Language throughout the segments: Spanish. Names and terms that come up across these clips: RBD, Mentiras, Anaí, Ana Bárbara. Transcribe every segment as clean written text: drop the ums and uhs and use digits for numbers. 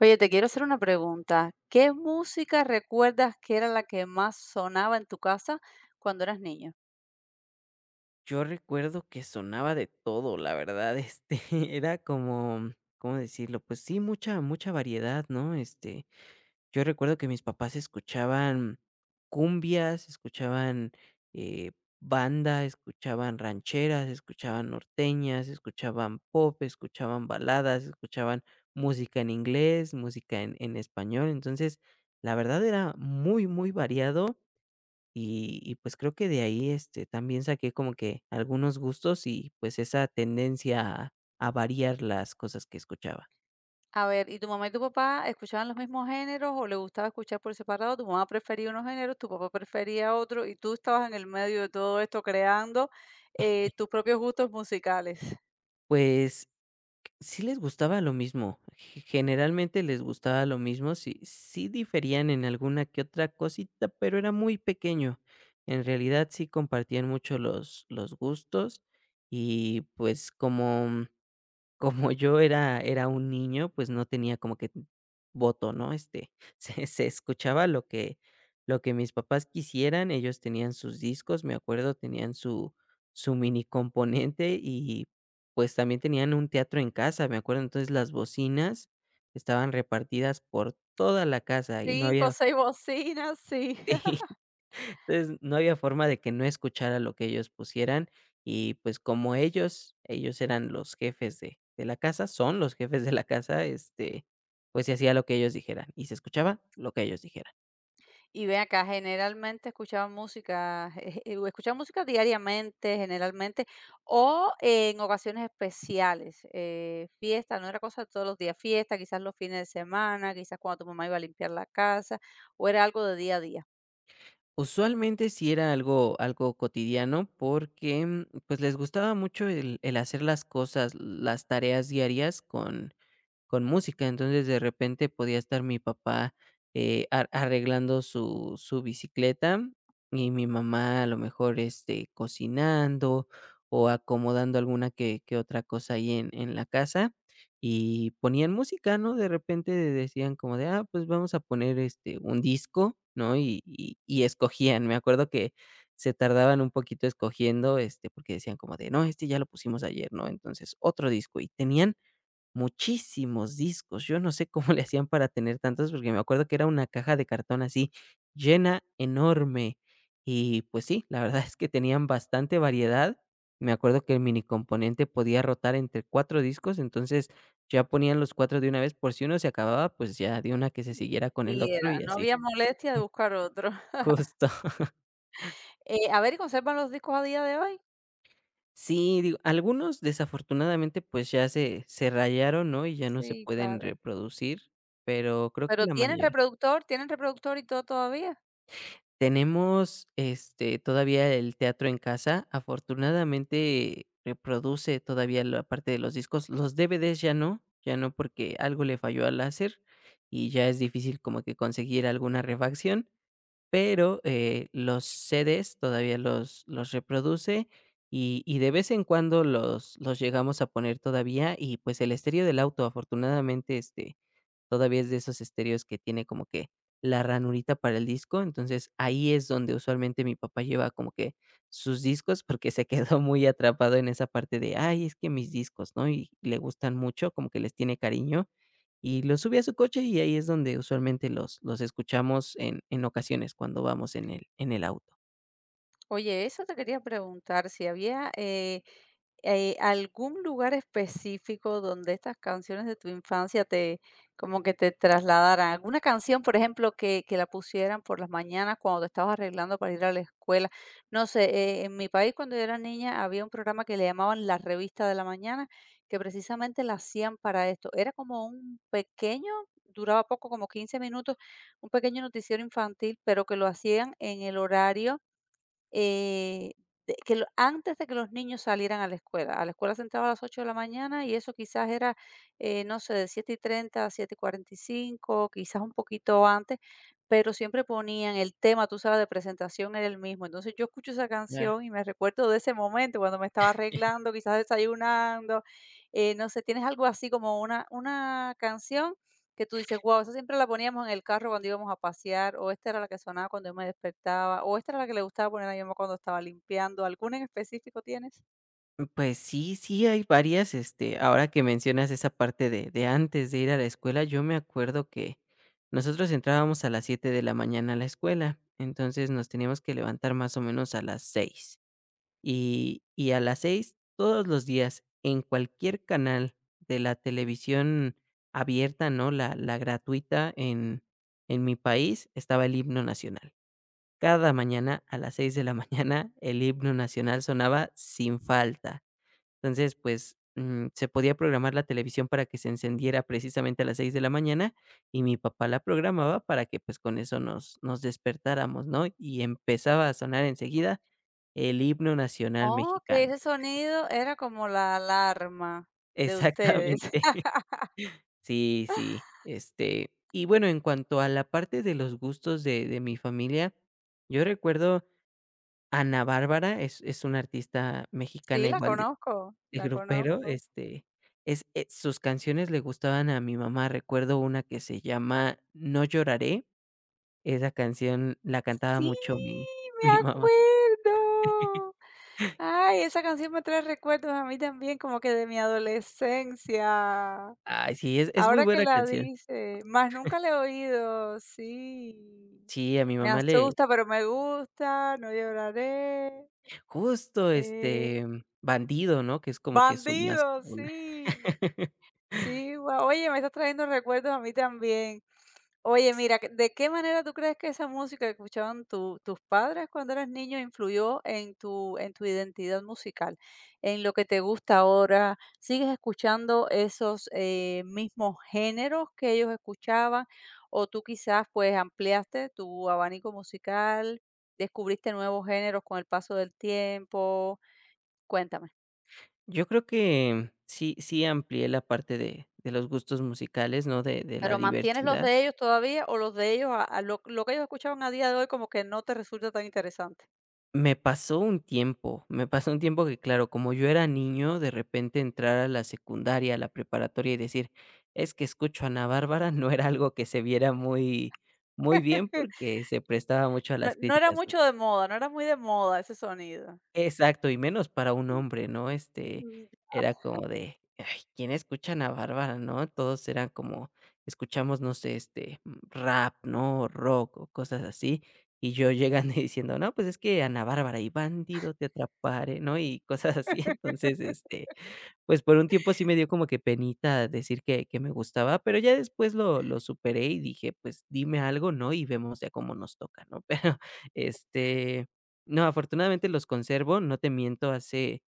Oye, te quiero hacer una pregunta. ¿Qué música recuerdas que era la que más sonaba en tu casa cuando eras niño? Yo recuerdo que sonaba de todo, la verdad, era como, ¿cómo decirlo? Pues sí, mucha, mucha variedad, ¿no? Yo recuerdo que mis papás escuchaban cumbias, escuchaban eh, banda, escuchaban rancheras, escuchaban norteñas, escuchaban pop, escuchaban baladas, escuchaban música en inglés, música en español. Entonces, la verdad era muy, muy variado y pues creo que de ahí, también saqué como que algunos gustos y pues esa tendencia a variar las cosas que escuchaba. A ver, ¿y tu mamá y tu papá escuchaban los mismos géneros o le gustaba escuchar por separado? Tu mamá prefería unos géneros, tu papá prefería otro y tú estabas en el medio de todo esto creando tus propios gustos musicales. Pues sí les gustaba lo mismo, ge generalmente les gustaba lo mismo, sí diferían en alguna que otra cosita, pero era muy pequeño. En realidad sí compartían mucho los gustos y pues Como yo era un niño, pues, no tenía como que voto, ¿no? Este, se escuchaba lo que mis papás quisieran. Ellos tenían sus discos, me acuerdo, tenían su mini componente y, pues, también tenían un teatro en casa, me acuerdo. Entonces las bocinas estaban repartidas por toda la casa y no Cinco, o había seis bocinas, sí. entonces, no había forma de que no escuchara lo que ellos pusieran y, pues, como ellos eran los jefes de la casa, son los jefes de la casa, pues, se hacía lo que ellos dijeran y se escuchaba lo que ellos dijeran. Y ven acá, generalmente escuchaban música, escuchaban música diariamente, generalmente, o en ocasiones especiales, fiesta, no era cosa de todos los días, fiesta, quizás los fines de semana, quizás cuando tu mamá iba a limpiar la casa, o era algo de día a día. Usualmente sí era algo cotidiano porque, mm, pues, les gustaba mucho el hacer las cosas, las tareas diarias con música. Entonces, de repente podía estar mi papá, ar arreglando su bicicleta y mi mamá a lo mejor, cocinando o acomodando alguna que otra cosa ahí en la casa y ponían música, ¿no? De repente decían como de: "Ah, pues vamos a poner, este, un disco", ¿no? Y escogían. Me acuerdo que se tardaban un poquito escogiendo, este, porque decían como de: "No, este ya lo pusimos ayer", ¿no? Entonces, otro disco. Y tenían muchísimos discos. Yo no sé cómo le hacían para tener tantos, porque me acuerdo que era una caja de cartón así llena, enorme. Y pues sí, la verdad es que tenían bastante variedad. Me acuerdo que el mini componente podía rotar entre cuatro discos, entonces ya ponían los cuatro de una vez por si uno se acababa, pues ya de una que se siguiera con el Sí, otro era, y no así. había molestia de buscar otro. Justo. A ver, ¿y conservan los discos a día de hoy? Sí, digo, algunos desafortunadamente pues ya se rayaron, ¿no? Y ya no se Sí, pueden claro. reproducir, pero creo que ¿Pero la tienen mayoría. reproductor? ¿Tienen reproductor y todo todavía? Tenemos, este, todavía el teatro en casa. Afortunadamente, reproduce todavía la parte de los discos. Los DVDs ya no, ya no, porque algo le falló al láser, y ya es difícil como que conseguir alguna refacción. Pero, los CDs todavía los reproduce, y de vez en cuando los llegamos a poner todavía, y, pues, el estéreo del auto, afortunadamente, todavía es de esos estéreos que tiene como que la ranurita para el disco. Entonces, ahí es donde usualmente mi papá lleva como que sus discos, porque se quedó muy atrapado en esa parte de: "Ay, es que mis discos", ¿no? Y le gustan mucho, como que les tiene cariño. Y los sube a su coche y ahí es donde usualmente los escuchamos en ocasiones cuando vamos en el auto. Oye, eso te quería preguntar, si había algún lugar específico donde estas canciones de tu infancia te como que te trasladaran. Alguna canción, por ejemplo, que la pusieran por las mañanas cuando te estabas arreglando para ir a la escuela. No sé, en mi país cuando yo era niña había un programa que le llamaban La Revista de la Mañana, que precisamente la hacían para esto. Era como un pequeño, duraba poco, como 15 minutos, un pequeño noticiero infantil, pero que lo hacían en el horario eh, de que lo antes de que los niños salieran a la escuela. A la escuela se entraba a las 8 de la mañana y eso quizás era, no sé, de siete y treinta a siete y cuarenta y cinco, quizás un poquito antes, pero siempre ponían el tema, tú sabes, de presentación era el mismo. Entonces, yo escucho esa Claro. canción y me recuerdo de ese momento cuando me estaba arreglando, quizás desayunando, no sé, ¿tienes algo así como una canción que tú dices: "Guau, esa siempre la poníamos en el carro cuando íbamos a pasear", o esta era la que sonaba cuando yo me despertaba, o esta era la que le gustaba poner a mi mamá cuando estaba limpiando. ¿Alguna en específico tienes? Pues sí, sí hay varias, ahora que mencionas esa parte de antes de ir a la escuela. Yo me acuerdo que nosotros entrábamos a las 7 de la mañana a la escuela, entonces nos teníamos que levantar más o menos a las seis. Y a las 6 todos los días, en cualquier canal de la televisión abierta, ¿no?, la gratuita en mi país, estaba el himno nacional. Cada mañana a las 6 de la mañana, el himno nacional sonaba sin falta. Entonces, pues, mm, se podía programar la televisión para que se encendiera precisamente a las 6 de la mañana, y mi papá la programaba para que, pues, con eso nos despertáramos, ¿no? Y empezaba a sonar enseguida el himno nacional Oh, que mexicano. ese sonido era como la alarma de ustedes. Exactamente. Sí, sí, y bueno, en cuanto a la parte de los gustos de mi familia, yo recuerdo Ana Bárbara. Es una artista mexicana Sí, la igual de conozco, el la grupero, conozco. Es sus canciones le gustaban a mi mamá. Recuerdo una que se llama No lloraré. Esa canción la cantaba Sí, mucho mi me mi mamá. acuerdo. Ay, esa canción me trae recuerdos a mí también, como que de mi adolescencia. Ay, sí, es muy Ahora que buena la canción. dice, más nunca la he oído, sí. Sí, a mi Me mamá le asusta, pero me gusta, no lloraré, justo, eh, Bandido, ¿no? Que es como que su más bandido, una. sí. Sí, guau. Oye, me estás trayendo recuerdos a mí también. Oye, mira, ¿de qué manera tú crees que esa música que escuchaban tus padres cuando eras niño influyó en tu identidad musical, en lo que te gusta ahora? ¿Sigues escuchando esos mismos géneros que ellos escuchaban? ¿O tú quizás pues ampliaste tu abanico musical, descubriste nuevos géneros con el paso del tiempo? Cuéntame. Yo creo que sí amplié la parte de los gustos musicales, ¿no? De la ¿Pero mantienes los diversidad. de ellos todavía o los de ellos, a lo que ellos escuchaban a día de hoy como que no te resulta tan interesante? Me pasó un tiempo, me pasó un tiempo que, claro, como yo era niño, de repente entrar a la secundaria, a la preparatoria y decir, es que escucho a Ana Bárbara, no era algo que se viera muy, muy bien porque se prestaba mucho a No las no era críticas, ¿no? mucho de moda, no era muy de moda ese sonido. Exacto, y menos para un hombre, ¿no? Este, Mm, era como de, ay, ¿quién escucha a Bárbara, no? Todos eran como, escuchamos, no sé, este, mm, rap, ¿no? O rock o cosas así. Y yo llegando y diciendo, no, pues es que Ana Bárbara y Bandido te atraparé, ¿no? Y cosas así. Entonces, pues, por un tiempo sí me dio como que penita decir que me gustaba, pero ya después lo superé y dije: "Pues, dime algo, ¿no? Y vemos ya cómo nos toca", ¿no? Pero, este, no, afortunadamente los conservo, no te miento, hace,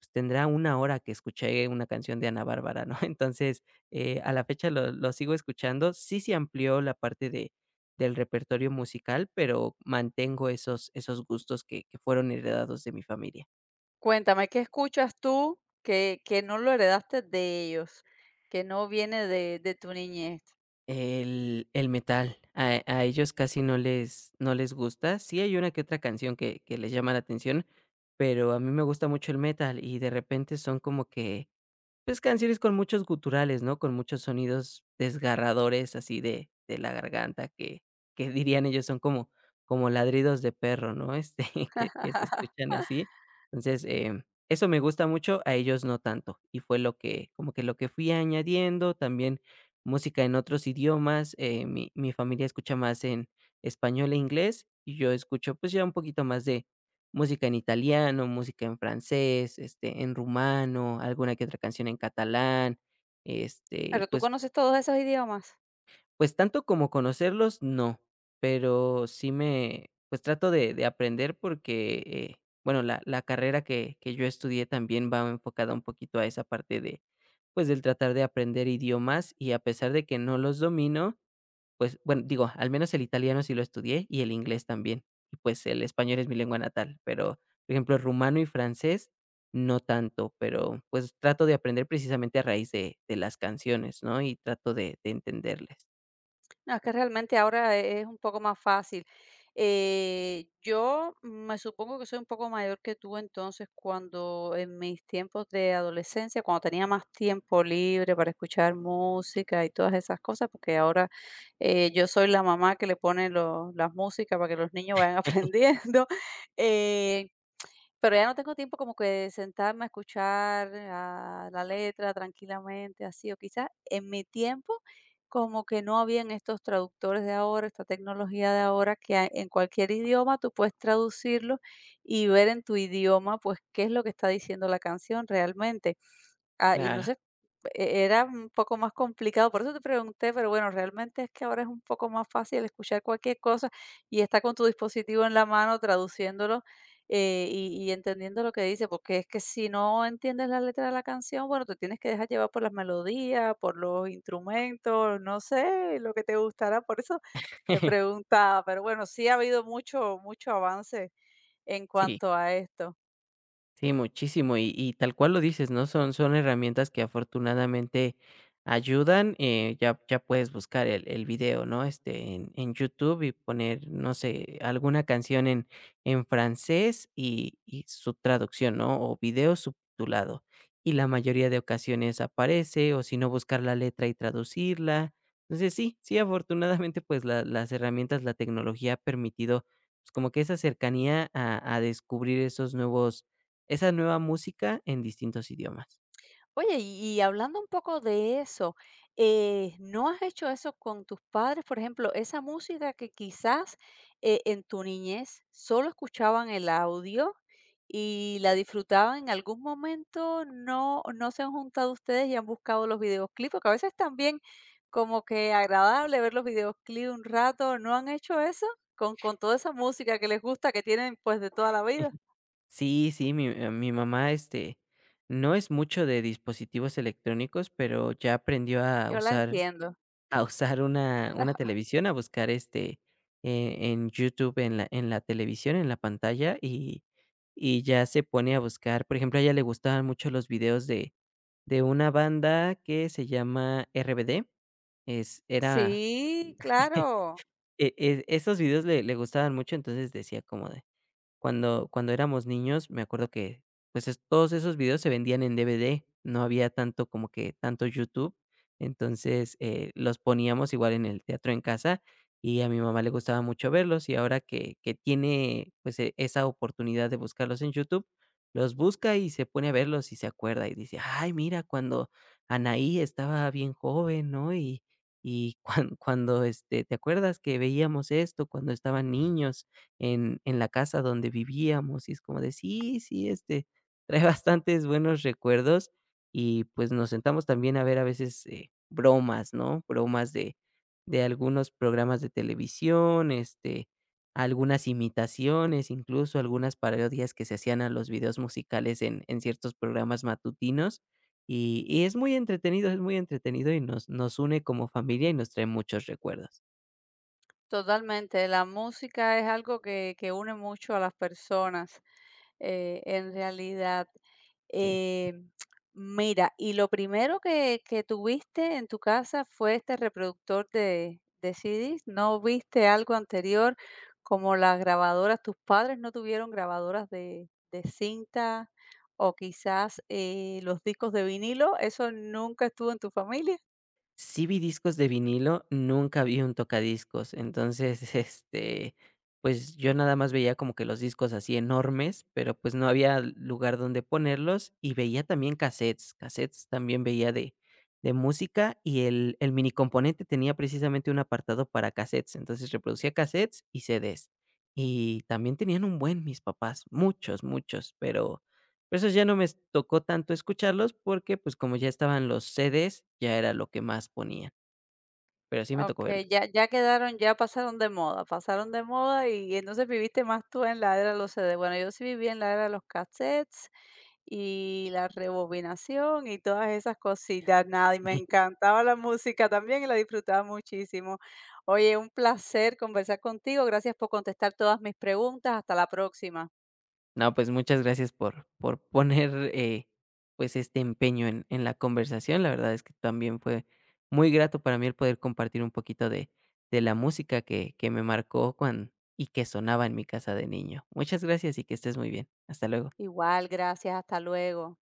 pues, tendrá una hora que escuché una canción de Ana Bárbara, ¿no? Entonces, a la fecha lo sigo escuchando. Sí se amplió la parte de del repertorio musical, pero mantengo esos gustos que fueron heredados de mi familia. cuéntame, ¿qué escuchas tú que no lo heredaste de ellos, que no viene de tu niñez? El metal, a ellos casi no les no les gusta. Sí hay una que otra canción que les llama la atención, pero a mí me gusta mucho el metal y de repente son como que pues, canciones con muchos guturales, ¿no? Con muchos sonidos desgarradores así de la garganta que dirían ellos son como como ladridos de perro, ¿no? Este, que se escuchan así. Entonces, eso me gusta mucho, a ellos no tanto, y fue lo que como que lo que fui añadiendo, también música en otros idiomas. Mi mi familia escucha más en español e inglés, y yo escucho, pues, ya un poquito más de música en italiano, música en francés, en rumano, alguna que otra canción en catalán, y ¿Pero tú pues conoces todos esos idiomas? pues tanto como conocerlos, no, pero sí me pues trato de aprender porque, bueno, la carrera que yo estudié también va enfocada un poquito a esa parte de, pues, del tratar de aprender idiomas y a pesar de que no los domino, pues, bueno, digo, al menos el italiano sí lo estudié y el inglés también. Y, pues, el español es mi lengua natal, pero, por ejemplo, rumano y francés no tanto, pero, pues, trato de aprender precisamente a raíz de las canciones, ¿no? Y trato de entenderles. No, es que realmente ahora es un poco más fácil. Yo me supongo que soy un poco mayor que tú, entonces cuando en mis tiempos de adolescencia, cuando tenía más tiempo libre para escuchar música y todas esas cosas, porque ahora yo soy la mamá que le pone las músicas para que los niños vayan aprendiendo. Eh, pero ya no tengo tiempo como que de sentarme a escuchar la letra tranquilamente, así, o quizás en mi tiempo como que no habían estos traductores de ahora, esta tecnología de ahora que en cualquier idioma tú puedes traducirlo y ver en tu idioma pues qué es lo que está diciendo la canción realmente. Ah, y no Claro. sé, e era un poco más complicado, por eso te pregunté, pero bueno, realmente es que ahora es un poco más fácil escuchar cualquier cosa y estar con tu dispositivo en la mano traduciéndolo, y entendiendo lo que dice, porque es que si no entiendes la letra de la canción, bueno, te tienes que dejar llevar por las melodías, por los instrumentos, no sé, lo que te gustará, por eso te preguntaba, pero bueno, sí ha habido mucho avance en Sí. cuanto a esto. Sí, muchísimo. Y tal cual lo dices, ¿no? Son herramientas que afortunadamente ayudan. Ya ya puedes buscar el video, ¿no? Este, en YouTube y poner, no sé, alguna canción en francés y su traducción, ¿no? O video subtitulado. Y la mayoría de ocasiones aparece, o si no, buscar la letra y traducirla. Entonces, sí, sí, afortunadamente, pues, la las herramientas, la tecnología ha permitido, pues, como que esa cercanía a descubrir esos nuevos esa nueva música en distintos idiomas. Oye, y hablando un poco de eso, ¿no has hecho eso con tus padres? Por ejemplo, esa música que quizás en tu niñez solo escuchaban el audio y la disfrutaban en algún momento, no, no se han juntado ustedes y han buscado los videoclips, porque a veces también como que agradable ver los videoclips un rato, ¿no han hecho eso? Con toda esa música que les gusta, que tienen pues de toda la vida. Sí, sí, mi mamá, no es mucho de dispositivos electrónicos, pero ya aprendió a Yo la usar entiendo. Una televisión, a buscar, en YouTube, en la televisión, en la pantalla, y ya se pone a buscar. Por ejemplo, a ella le gustaban mucho los videos de una banda que se llama RBD. Es era Sí, claro. Esos videos le gustaban mucho, entonces decía como de cuando éramos niños, me acuerdo que, pues, es todos esos videos se vendían en DVD, no había tanto como que tanto YouTube. Entonces, los poníamos igual en el teatro en casa, y a mi mamá le gustaba mucho verlos, y ahora que tiene, pues, esa oportunidad de buscarlos en YouTube, los busca y se pone a verlos y se acuerda, y dice: "Ay, mira, cuando Anaí estaba bien joven, ¿no? Y cuan cuando, este, ¿te acuerdas que veíamos esto cuando estaban niños?" en la casa donde vivíamos, y es como de: "Sí, sí, este, trae bastantes buenos recuerdos", y, pues, nos sentamos también a ver a veces, bromas, ¿no? Bromas de algunos programas de televisión, algunas imitaciones, incluso algunas parodias que se hacían a los videos musicales en ciertos programas matutinos, y es muy entretenido y nos une como familia y nos trae muchos recuerdos. Totalmente, la música es algo que une mucho a las personas, en realidad. Sí. Eh, mira, y lo primero que tuviste en tu casa fue este reproductor de CDs, ¿no viste algo anterior, como las grabadoras? ¿Tus padres no tuvieron grabadoras de cinta o quizás, los discos de vinilo? ¿Eso nunca estuvo en tu familia? Sí vi discos de vinilo, nunca vi un tocadiscos. Entonces, pues, yo nada más veía como que los discos así enormes, pero, pues, no había lugar donde ponerlos, y veía también cassettes. Cassettes también veía de música, y el mini componente tenía precisamente un apartado para cassettes. Entonces, reproducía cassettes y CDs. Y también tenían un buen mis papás, muchos, muchos, pero esos ya no me tocó tanto escucharlos, porque, pues, como ya estaban los CDs, ya era lo que más ponían, pero sí me tocó Okey, verlos. ya ya quedaron, ya pasaron de moda y entonces viviste más tú en la era de los CD. Bueno, yo sí viví en la era de los cassettes y la rebobinación y todas esas cositas, nada, y me Sí. encantaba la música también y la disfrutaba muchísimo. Oye, un placer conversar contigo, gracias por contestar todas mis preguntas, hasta la próxima. No, pues, muchas gracias por poner, pues, este empeño en la conversación. La verdad es que también fue muy grato para mí el poder compartir un poquito de la música que me marcó cuando y que sonaba en mi casa de niño. Muchas gracias y que estés muy bien. Hasta luego. Igual, gracias, hasta luego.